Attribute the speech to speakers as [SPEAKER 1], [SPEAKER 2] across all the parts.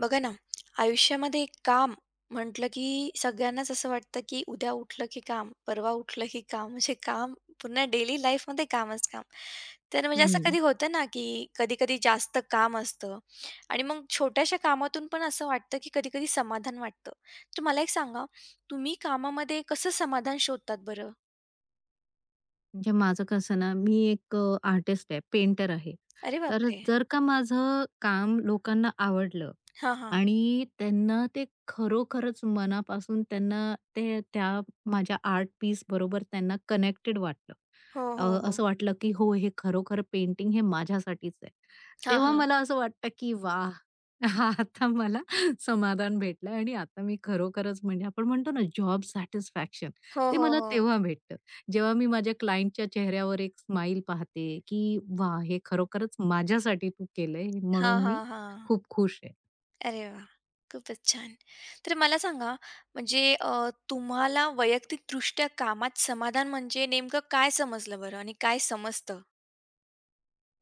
[SPEAKER 1] बघा ना, आयुष्यामध्ये काम म्हटलं की सगळ्यांनाच असं वाटतं की उद्या उठलं की काम, परवा उठलं की काम, म्हणजे काम पुन्हा डेली लाईफमध्ये कामच काम. तर म्हणजे असं
[SPEAKER 2] हं.
[SPEAKER 1] कधी होतं ना, की कधी-कधी जास्त काम असतं आणि मग छोट्याशा कामातून पण असं वाटतं की कधी-कधी समाधान वाटतं. तर मला एक सांगा, तुम्ही कामामध्ये कसं समाधान शोधतात बरं?
[SPEAKER 2] म्हणजे माझं कसं ना, मी एक आर्टिस्ट आहे, पेंटर आहे.
[SPEAKER 1] अरे
[SPEAKER 2] तर
[SPEAKER 1] बापरे!
[SPEAKER 2] जर का माझं काम लोकांना आवडलं
[SPEAKER 1] हां, हां.
[SPEAKER 2] आणि त्यांना ते खरोखरच मनापासून त्या माझ्या आर्ट पीस बरोबर त्यांना कनेक्टेड वाटलं.
[SPEAKER 1] हो,
[SPEAKER 2] अ,
[SPEAKER 1] हो, हो.
[SPEAKER 2] असं वाटलं की हो, हे खरोखर पेंटिंग हे माझ्यासाठीच आहे.
[SPEAKER 1] हां,
[SPEAKER 2] तेव्हा
[SPEAKER 1] हां.
[SPEAKER 2] मला असं वाटतं की वाह! आता मला समाधान भेटलं आणि आता मी खरोखरच म्हणजे आपण म्हणतो ना जॉब सॅटिस्फॅक्शन,
[SPEAKER 1] हो,
[SPEAKER 2] ते
[SPEAKER 1] हो,
[SPEAKER 2] मला
[SPEAKER 1] हो.
[SPEAKER 2] तेव्हा भेटतं. जेव्हा मी माझ्या क्लायंटच्या चेहऱ्यावर एक स्माइल पाहते, की वाह! हे खरोखरच माझ्यासाठी तू केलंय
[SPEAKER 1] हां,
[SPEAKER 2] म्हणून
[SPEAKER 1] हां,
[SPEAKER 2] मी
[SPEAKER 1] हां.
[SPEAKER 2] खूप खुश आहे.
[SPEAKER 1] अरे वा, खूपच छान. तर मला सांगा म्हणजे तुम्हाला वैयक्तिकदृष्ट्या कामात समाधान म्हणजे नेमकं काय समजलं बरं आणि काय समजतं?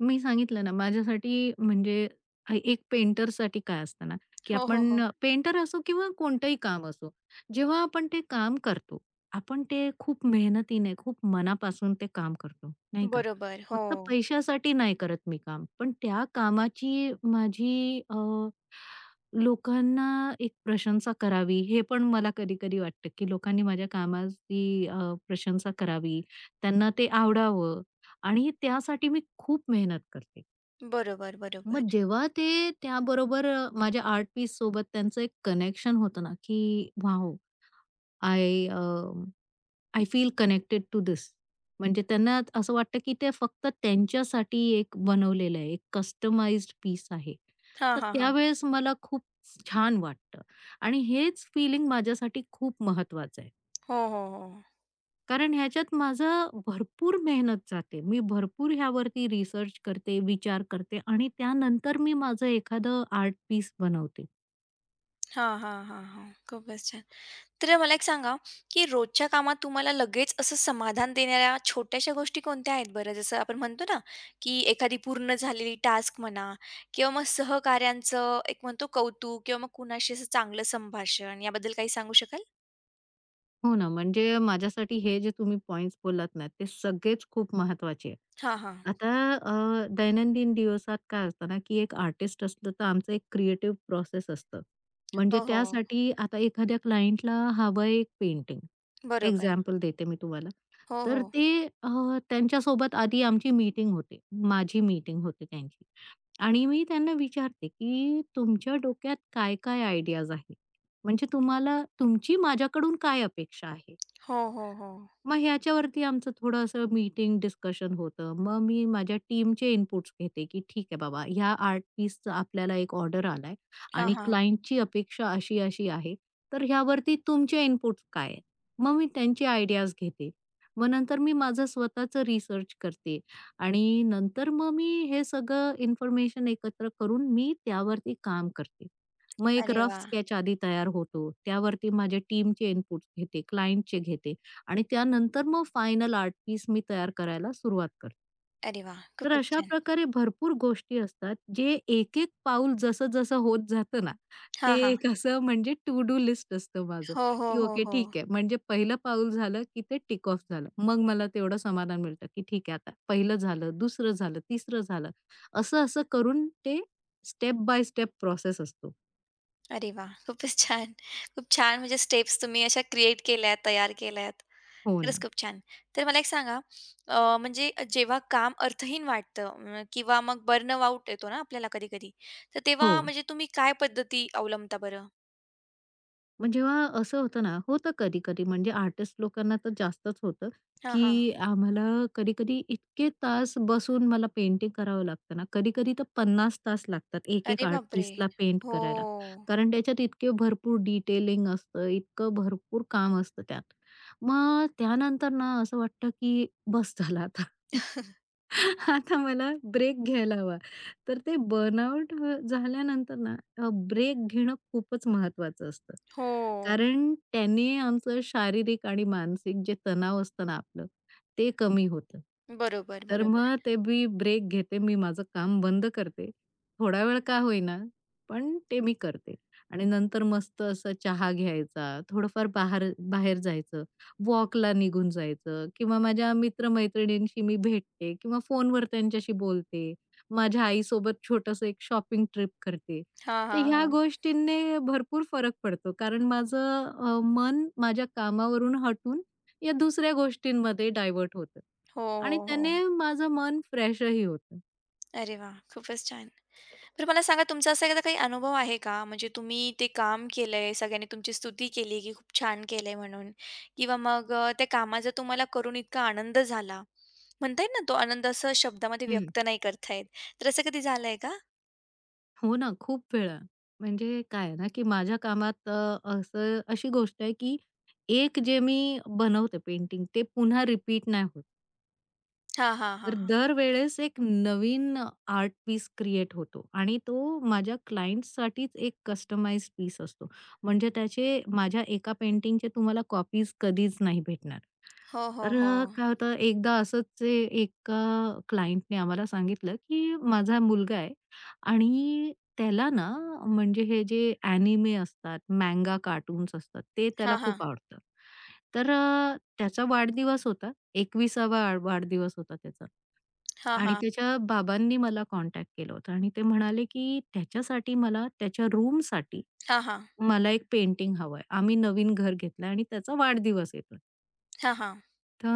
[SPEAKER 2] मी सांगितलं ना, माझ्यासाठी म्हणजे एक पेंटरसाठी काय असतं ना, की
[SPEAKER 1] हो, हो,
[SPEAKER 2] आपण
[SPEAKER 1] हो.
[SPEAKER 2] पेंटर असो किंवा कोणतंही काम असो, जेव्हा आपण ते काम करतो, आपण ते खूप मेहनतीने, खूप मनापासून ते काम करतो, नाही का?
[SPEAKER 1] बरोबर. हो.
[SPEAKER 2] फक्त पैशासाठी नाही करत मी काम, पण त्या कामाची माझी लोकांना एक प्रशंसा करावी, हे पण मला कधी-कधी वाटतं, की लोकांनी माझ्या कामाची प्रशंसा करावी, त्यांना ते आवडावं. आणि त्यासाठी मी खूप मेहनत करते.
[SPEAKER 1] बरोबर,
[SPEAKER 2] मग
[SPEAKER 1] बरोबर.
[SPEAKER 2] जेव्हा ते त्याबरोबर माझ्या आर्ट पीस सोबत त्यांचं एक कनेक्शन होतं ना, की wow! I uh, I feel connected to this. म्हणजे त्यांना असं वाटतं, की ते फक्त त्यांच्यासाठी एक बनवलेलं आहे, एक कस्टमाइज़ पीस आहे.
[SPEAKER 1] हां,
[SPEAKER 2] तर
[SPEAKER 1] हा हां.
[SPEAKER 2] त्यावेळेस मला खूप छान वाटतं आणि हेच फीलिंग माझ्यासाठी खूप महत्वाचं आहे.
[SPEAKER 1] हो, हो, हो.
[SPEAKER 2] कारण ह्याच्यात माझं भरपूर मेहनत जाते. मी भरपूर ह्यावरती रिसर्च करते, विचार करते आणि त्यानंतर मी माझं एखादं आर्ट पीस बनवते.
[SPEAKER 1] हां, हां, हां, हां. खूपच छान. तर मला एक सांगा, की रोजच्या कामात तुम्हाला लगेच असं समाधान देणाऱ्या छोट्याशा गोष्टी कोणत्या आहेत बरं? जसं आपण म्हणतो ना, की एखादी पूर्ण झालेली टास्क म्हणा किंवा मग सहकाऱ्यांचं एक म्हणतो कौतुक किंवा मग कुणाशी असं चांगलं संभाषण याबद्दल काही सांगू शकाल?
[SPEAKER 2] हो ना, म्हणजे माझ्यासाठी हे जे तुम्ही पॉइंट्स बोललात ना, ते सगळेच खूप महत्वाचे आहेत.
[SPEAKER 1] हां, हां.
[SPEAKER 2] आता दैनंदिन दिवसात काय असतं ना, की एक आर्टिस्ट असलं तर आमचं एक क्रिएटिव्ह प्रोसेस असतं.
[SPEAKER 1] हो,
[SPEAKER 2] म्हणजे
[SPEAKER 1] हो.
[SPEAKER 2] त्यासाठी आता एखाद्या क्लायंटला हवं एक पेंटिंग.
[SPEAKER 1] बरोबर.
[SPEAKER 2] एक्झाम्पल देते मी तुम्हाला.
[SPEAKER 1] हो, हो.
[SPEAKER 2] तर अ, त्यांच्यासोबत आधी आमची मीटिंग होते. माझी मीटिंग होते त्यांची आणि मी त्यांना विचारते, की "तुमच्या डोक्यात काय-काय आयडियाज आहेत? म्हणजे तुम्हाला तुमची माझ्याकडून काय अपेक्षा आहे?"
[SPEAKER 1] हो, हो, हो.
[SPEAKER 2] मग ह्याच्यावरती आमचं थोडं असं मीटिंग, डिस्कशन होतं. मग मी माझ्या टीमचे इनपुट्स घेते, की ठीक आहे बाबा, ह्या आर्ट पीसचा आपल्याला एक ऑर्डर आलाय
[SPEAKER 1] हां,
[SPEAKER 2] आणि
[SPEAKER 1] हां.
[SPEAKER 2] क्लायंटची अपेक्षा अशी-अशी आहे. तर ह्यावरती तुमचे इनपुट्स काय आहेत? मग मी त्यांचे आयडियाज घेते. मग नंतर मी माझं स्वतःचं रिसर्च करते आणि नंतर मग मी हे सगळं इन्फॉर्मेशन एकत्र करून मी त्यावरती काम करते. मग एक
[SPEAKER 1] अरे
[SPEAKER 2] रफ
[SPEAKER 1] वाह!
[SPEAKER 2] स्केच आधी तयार होतो. त्यावरती माझ्या टीमचे इनपुट्स घेते, क्लायंटचे घेते. आणि त्यानंतर मग फायनल आर्ट पीस मी तयार करायला सुरुवात करते.
[SPEAKER 1] अरे वाह!
[SPEAKER 2] तर
[SPEAKER 1] खूपच
[SPEAKER 2] अशा
[SPEAKER 1] छान.
[SPEAKER 2] प्रकारे भरपूर गोष्टी असतात, जे एक-एक पाऊल जसं-जसं होत जातं ना,
[SPEAKER 1] हां, हां.
[SPEAKER 2] ते कसं म्हणजे टू डू लिस्ट असतं माझं,
[SPEAKER 1] हो, हो,
[SPEAKER 2] की
[SPEAKER 1] हो,
[SPEAKER 2] ओके
[SPEAKER 1] हो.
[SPEAKER 2] ठीक आहे. म्हणजे पहिलं पाऊल झालं, की ते टिक ऑफ झालं. मग मला तेवढं समाधान मिळतं, की ठीक आहे आता पहिलं झालं, दुसरं झालं, तिसरं झालं. असं-असं करून ते स्टेप बाय स्टेप प्रोसेस असतो.
[SPEAKER 1] अरे वाह! खूपच छान. खूप छान म्हणजे स्टेप्स तुम्ही अशा क्रिएट केल्यात, तयार केल्यात.
[SPEAKER 2] हो
[SPEAKER 1] खरंच
[SPEAKER 2] ना.
[SPEAKER 1] खूप छान. तर मला एक सांगा म्हणजे जेव्हा काम अर्थहीन वाटतं किंवा मग बर्नआउट येतो ना आपल्याला कधी-कधी, तर
[SPEAKER 2] हो.
[SPEAKER 1] तेव्हा म्हणजे तुम्ही काय पद्धती अवलंबता बरं?
[SPEAKER 2] मग जेव्हा असं होतं ना, होतं कधी-कधी म्हणजे आर्टिस्ट लोकांना तर जास्तच होतं,
[SPEAKER 1] हां, हां.
[SPEAKER 2] की आम्हाला कधी-कधी इतके तास बसून मला पेंटिंग करावं लागतं ना, कधी-कधी तर 50 तास लागतात एक-एक
[SPEAKER 1] अरे
[SPEAKER 2] आर्ट
[SPEAKER 1] बापरे!
[SPEAKER 2] पीसला पेंट
[SPEAKER 1] हो,
[SPEAKER 2] करायला. कारण त्याच्यात इतके भरपूर डिटेलिंग असतं, इतकं भरपूर काम असतं त्यात. मग त्यानंतर ना असं वाटतं, की बस झालं आता. आता मला ब्रेक घ्यायला हवा. तर ते बर्नआउट झाल्यानंतर ना ब्रेक घेणं खूपच महत्वाचं असतं.
[SPEAKER 1] हो.
[SPEAKER 2] कारण त्याने आमचं शारीरिक आणि मानसिक जे तणाव असतं ना आपलं, ते कमी होतं.
[SPEAKER 1] बरोबर,
[SPEAKER 2] तर
[SPEAKER 1] बरोबर.
[SPEAKER 2] मग ते मी ब्रेक घेते. मी माझं काम बंद करते. थोडा वेळ का होईना, पण ते मी करते. आणि नंतर मस्त असं चहा घ्यायचा, थोडंफार बाहेर बाहेर जायचं वॉकला निघून जायचं किंवा माझ्या मित्रमैत्रिणींशी मी भेटते किंवा फोनवर त्यांच्याशी बोलते. माझ्या आईसोबत छोटंसं एक शॉपिंग ट्रिप करते.
[SPEAKER 1] हां,
[SPEAKER 2] तर
[SPEAKER 1] हां,
[SPEAKER 2] ह्या
[SPEAKER 1] हां.
[SPEAKER 2] गोष्टींनी भरपूर फरक पडतो कारण माझं मन माझ्या कामावरून हटून या दुसऱ्या गोष्टींमध्ये डायव्हर्ट होतं
[SPEAKER 1] हो, हो,
[SPEAKER 2] आणि
[SPEAKER 1] हो.
[SPEAKER 2] त्याने माझं मन फ्रेशही होतं.
[SPEAKER 1] अरे वा, खूपच छान. तर मला सांगा तुमचा असा एखादा काही अनुभव आहे का? म्हणजे तुम्ही ते काम केलंय, सगळ्यांनी तुमची स्तुती केली, की खूप छान केलंय म्हणून किंवा मग त्या कामाचा तुम्हाला करून इतका आनंद झाला. म्हणता येईल ना, तो आनंद असं शब्दामध्ये व्यक्त नाही करता येत. तर असं कधी झालंय का?
[SPEAKER 2] हो ना, खूप वेळा. म्हणजे काय आहे ना, की माझ्या कामात असं अशी गोष्ट आहे, की एक जे मी बनवते पेंटिंग ते पुन्हा रिपीट नाही होत.
[SPEAKER 1] हां, हां, हां,
[SPEAKER 2] तर
[SPEAKER 1] हां.
[SPEAKER 2] दरवेळेस एक नवीन आर्ट पीस क्रिएट होतो आणि तो माझ्या क्लायंटसाठीच एक कस्टमाइज पीस असतो. म्हणजे त्याचे माझ्या एका पेंटिंगचे तुम्हाला कॉपीज कधीच नाही भेटणार.
[SPEAKER 1] हो, हो,
[SPEAKER 2] तर
[SPEAKER 1] हो.
[SPEAKER 2] काय होतं एकदा असंच एका क्लायंटने आम्हाला सांगितलं, की माझा मुलगा आहे आणि त्याला ना म्हणजे हे जे एनिमे असतात, मँगा कार्टून्स असतात, ते त्याला
[SPEAKER 1] हां,
[SPEAKER 2] खूप
[SPEAKER 1] हां.
[SPEAKER 2] आवडतं. तर त्याचा वाढदिवस होता. 21वा वाढदिवस होता त्याचा.
[SPEAKER 1] हां,
[SPEAKER 2] आणि
[SPEAKER 1] हां.
[SPEAKER 2] त्याच्या बाबांनी मला कॉन्टॅक्ट केलं होतं आणि ते म्हणाले, की त्याच्यासाठी मला त्याच्या रूमसाठी
[SPEAKER 1] हां, हां.
[SPEAKER 2] मला एक पेंटिंग हवंय. आम्ही नवीन घर घेतलंय आणि त्याचा वाढदिवस येतोय.
[SPEAKER 1] हां, हां.
[SPEAKER 2] तर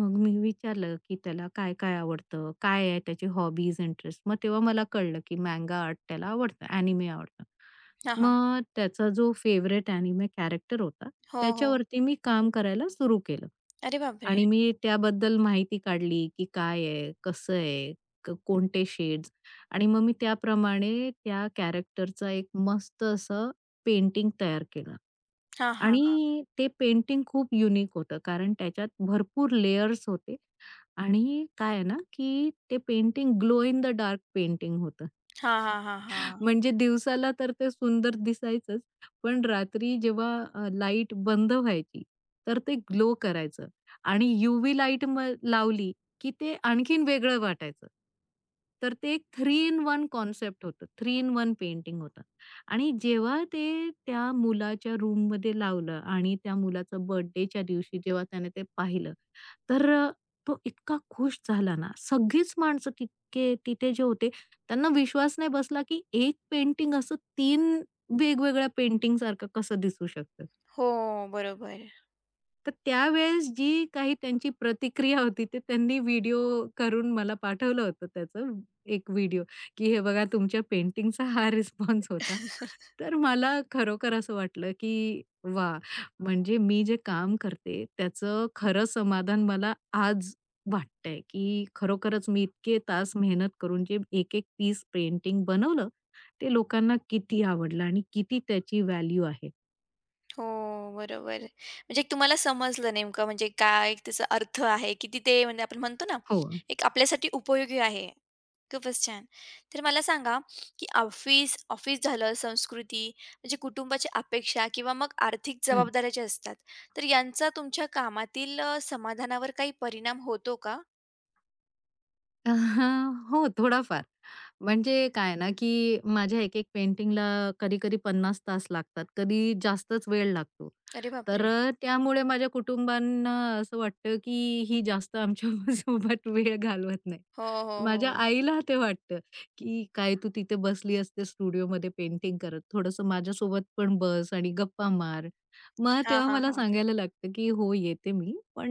[SPEAKER 2] मग मी विचारलं, की त्याला काय-काय आवडतं? काय आहे त्याची हॉबीज, इंटरेस्ट? मग तेव्हा मला कळलं, की मँगा आर्ट त्याला आवडतं, अॅनिमे आवडतं.
[SPEAKER 1] हां, हां.
[SPEAKER 2] मग त्याचा जो फेव्हरेट अॅनिमे कॅरेक्टर होता,
[SPEAKER 1] हो, हो.
[SPEAKER 2] त्याच्यावरती मी काम करायला सुरू केलं.
[SPEAKER 1] अरे बापरे!
[SPEAKER 2] आणि मी त्याबद्दल माहिती काढली, की काय आहे, कसं आहे, कोणते शेड्स आणि मग मी त्याप्रमाणे त्या कॅरेक्टरचा एक मस्त असं पेंटिंग तयार केलं.
[SPEAKER 1] हां,
[SPEAKER 2] आणि
[SPEAKER 1] हां.
[SPEAKER 2] ते पेंटिंग खूप युनिक होतं, कारण त्याच्यात भरपूर लेयर्स होते आणि काय आहे ना, की ते painting glow in the dark painting होतं.
[SPEAKER 1] हां, हां, हां, हां.
[SPEAKER 2] म्हणजे दिवसाला तर ते सुंदर दिसायचंच, पण रात्री जेव्हा लाईट बंद व्हायची, तर ते ग्लो करायचं आणि यूव्ही लाईट मग लावली, की ते आणखीन वेगळं वाटायचं. तर ते एक 3 इन 1 कॉन्सेप्ट होतं. 3 इन 1 पेंटिंग होतं आणि जेव्हा ते त्या मुलाच्या रूममध्ये लावलं आणि त्या मुलाचा बर्थडेच्या दिवशी जेव्हा त्याने ते पाहिलं, तर तो इतका खुश झाला ना, सगळीच माणसं तितके तिथे जे होते त्यांना विश्वास नाही बसला, की एक पेंटिंग असं 3 वेगवेगळ्या पेंटिंगसारखं कसं दिसू शकतं.
[SPEAKER 1] हो, बरोबर.
[SPEAKER 2] तर त्यावेळेस जी काही त्यांची प्रतिक्रिया होती, ते त्यांनी व्हिडिओ करून मला पाठवलं होतं त्याचं एक व्हिडिओ, की "हे बघा तुमच्या पेंटिंगचा हा रिस्पॉन्स होता." तर मला खरोखर असं वाटलं, की वाह! म्हणजे मी जे काम करते त्याचं खरं समाधान मला आज वाटतंय, की खरोखरच मी इतके तास मेहनत करून जे एक-एक पीस पेंटिंग बनवलं ते लोकांना किती आवडलं आणि किती त्याची व्हॅल्यू आहे?
[SPEAKER 1] हो, बरोबर. म्हणजे एक तुम्हाला समजलं नेमकं म्हणजे काय एक त्याचा अर्थ आहे, किती ते म्हणजे आपण म्हणतो ना,
[SPEAKER 2] हो.
[SPEAKER 1] एक आपल्यासाठी उपयोगी आहे. खूपच छान. तर मला सांगा, की ऑफिस ऑफिस झालं, संस्कृती म्हणजे कुटुंबाच्या अपेक्षा किंवा मग आर्थिक
[SPEAKER 2] हं.
[SPEAKER 1] जबाबदाऱ्या ज्या असतात, तर यांचा तुमच्या कामातील समाधानावर काही परिणाम होतो का?
[SPEAKER 2] हो, थोडाफार. म्हणजे काय ना, की माझ्या एक-एक पेंटिंगला कधी-कधी 50 तास लागतात, कधी जास्तच वेळ लागतो.
[SPEAKER 1] अरे
[SPEAKER 2] तर
[SPEAKER 1] बापरे!
[SPEAKER 2] त्यामुळे माझ्या कुटुंबांना असं वाटतं, की ही जास्त आमच्या सोबत वेळ घालवत नाही.
[SPEAKER 1] हो, हो,
[SPEAKER 2] माझ्या
[SPEAKER 1] हो.
[SPEAKER 2] आईला ते वाटतं, की "काय तू तिथे बसली असते स्टुडिओमध्ये पेंटिंग करत. थोडंसं माझ्यासोबत पण बस आणि गप्पा मार." मग
[SPEAKER 1] हां,
[SPEAKER 2] तेव्हा
[SPEAKER 1] हां,
[SPEAKER 2] मला
[SPEAKER 1] हां.
[SPEAKER 2] सांगायला लागतं, की "हो, येते मी." पण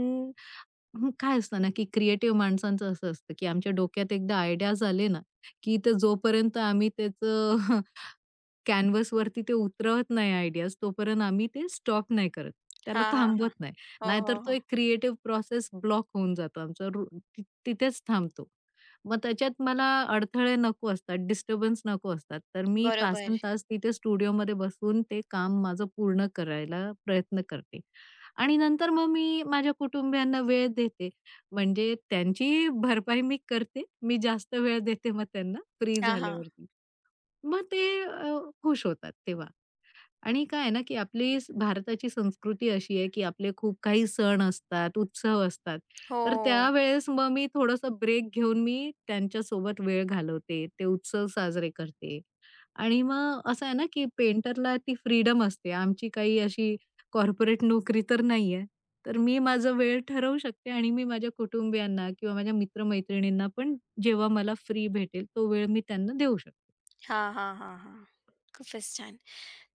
[SPEAKER 2] हं, काय असतं ना, की क्रिएटिव्ह माणसांचं असं असतं, की आमच्या डोक्यात एकदा आयडियाज आले ना, की ते जोपर्यंत आम्ही त्याचं कॅनव्हासवरती ते उतरवत नाही आयडियाज, तोपर्यंत आम्ही ते स्टॉप नाही करत. त्याला
[SPEAKER 1] हां, हां, हां.
[SPEAKER 2] थांबवत नाही.
[SPEAKER 1] हो,
[SPEAKER 2] नाहीतर
[SPEAKER 1] हो,
[SPEAKER 2] तो
[SPEAKER 1] हो.
[SPEAKER 2] एक क्रिएटिव्ह प्रोसेस ब्लॉक होऊन जातो आमचा रू ति तिथेच थांबतो. मग त्याच्यात मला अडथळे नको असतात, डिस्टर्बन्स नको असतात. तर मी
[SPEAKER 1] बरोबर.
[SPEAKER 2] तासनतास तिथे स्टुडिओमध्ये बसून ते काम माझं पूर्ण करायला प्रयत्न करते. आणि नंतर मग मी माझ्या कुटुंबियांना वेळ देते. म्हणजे त्यांची भरपाई मी करते. मी जास्त वेळ देते मग त्यांना फ्री
[SPEAKER 1] हां, हां.
[SPEAKER 2] झाल्यावरती. मग ते खुश होतात तेव्हा. आणि काय आहे ना, की आपली स भारताची संस्कृती अशी आहे, की आपले खूप काही सण असतात, उत्सव असतात.
[SPEAKER 1] हो.
[SPEAKER 2] तर त्यावेळेस मग मी थोडंसं ब्रेक घेऊन मी त्यांच्यासोबत वेळ घालवते. ते उत्सव साजरे करते. आणि मग असं आहे ना, की पेंटरला ती फ्रीडम असते. आमची काही अशी कॉर्पोरेट नोकरी तर नाही तर मी माझा वेळ ठरवू शकते आणि मी माझ्या कुटुंबियांना किंवा माझ्या मित्र पण जेव्हा मला फ्री भेटेल, तो वेळ मी त्यांना देऊ शकते.
[SPEAKER 1] हां, हां, हां, हां. खूपच छान.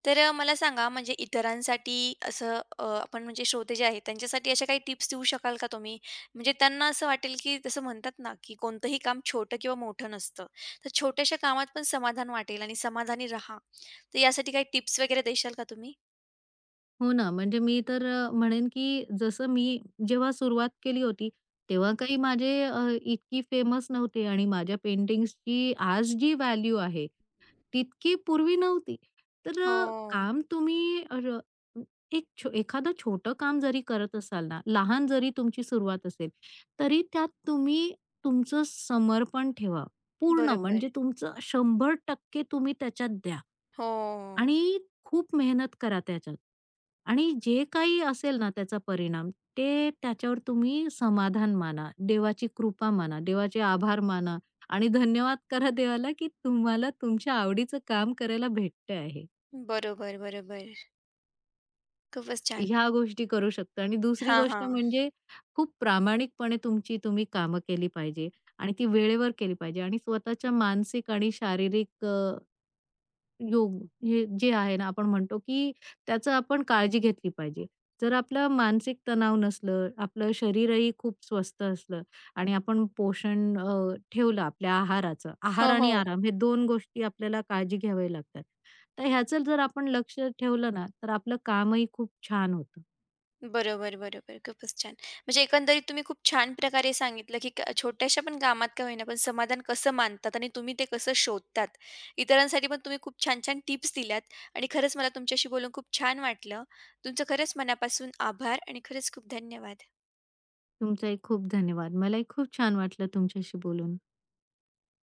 [SPEAKER 1] तर मला सांगा म्हणजे इतरांसाठी असं आपण म्हणजे श्रोते जे आहेत त्यांच्यासाठी अशा काही टिप्स देऊ शकाल का तुम्ही? म्हणजे त्यांना असं वाटेल की जसं म्हणतात ना, की कोणतंही काम छोटं किंवा मोठं नसतं. तर छोट्याशा कामात पण समाधान वाटेल आणि समाधानी राहा. तर यासाठी काही टिप्स वगैरे देशाल का तुम्ही?
[SPEAKER 2] हो ना, म्हणजे मी तर म्हणेन की जसं मी जेव्हा सुरुवात केली होती, तेव्हा काही माझे इतकी फेमस नव्हते आणि माझ्या पेंटिंग्सची आज जी व्हॅल्यू आहे, तितकी पूर्वी नव्हती. तर अ,
[SPEAKER 1] हो.
[SPEAKER 2] काम तुम्ही अ, र एक छो एखादं छोटं काम जरी करत असाल ना, लहान जरी तुमची सुरुवात असेल, तरी त्यात तुम्ही तुमचं समर्पण ठेवा. पूर्ण
[SPEAKER 1] बरोबर.
[SPEAKER 2] म्हणजे तुमचं 100% तुम्ही त्याच्यात द्या.
[SPEAKER 1] हो.
[SPEAKER 2] आणि खूप मेहनत करा त्याच्यात. आणि जे काही असेल ना त्याचा परिणाम, ते त्याच्यावर तुम्ही समाधान माना, देवाची कृपा माना, देवाचे आभार माना आणि धन्यवाद करा देवाला, की तुम्हाला तुमच्या आवडीचं काम करायला भेटतं आहे.
[SPEAKER 1] बरोबर, बरोबर. खूपच छान.
[SPEAKER 2] ह्या गोष्टी करू शकता आणि दुसरी
[SPEAKER 1] हां,
[SPEAKER 2] गोष्ट
[SPEAKER 1] हां.
[SPEAKER 2] म्हणजे खूप प्रामाणिकपणे तुमची तुम्ही कामं केली पाहिजे आणि ती वेळेवर केली पाहिजे आणि स्वतःच्या मानसिक आणि शारीरिक योग हे जे आहे ना, आपण म्हणतो की त्याचं आपण काळजी घेतली पाहिजे. जर आपलं मानसिक तणाव नसलं, आपलं शरीरही खूप स्वस्थ असलं आणि आपण पोषण ठेवलं आपल्या आहाराचं. आहार
[SPEAKER 1] हो,
[SPEAKER 2] आणि
[SPEAKER 1] हो.
[SPEAKER 2] आराम हे 2 गोष्टी आपल्याला काळजी घ्याव्या लागतात. तर ह्याचं जर आपण लक्ष ठेवलं ना, तर आपलं कामही खूप छान होतं.
[SPEAKER 1] बरोबर, बरोबर. खूपच छान. म्हणजे एकंदरीत तुम्ही खूप छान प्रकारे सांगितलं, की क छोट्याशा पण कामात का होईना, पण समाधान कसं मानतात आणि तुम्ही ते कसं शोधतात. इतरांसाठी पण तुम्ही खूप छान-छान टिप्स दिल्यात आणि खरंच मला तुमच्याशी बोलून खूप छान वाटलं. तुमचं खरंच मनापासून आभार आणि खरंच खूप धन्यवाद.
[SPEAKER 2] तुमचाही खूप धन्यवाद. मलाही खूप छान वाटलं तुमच्याशी बोलून.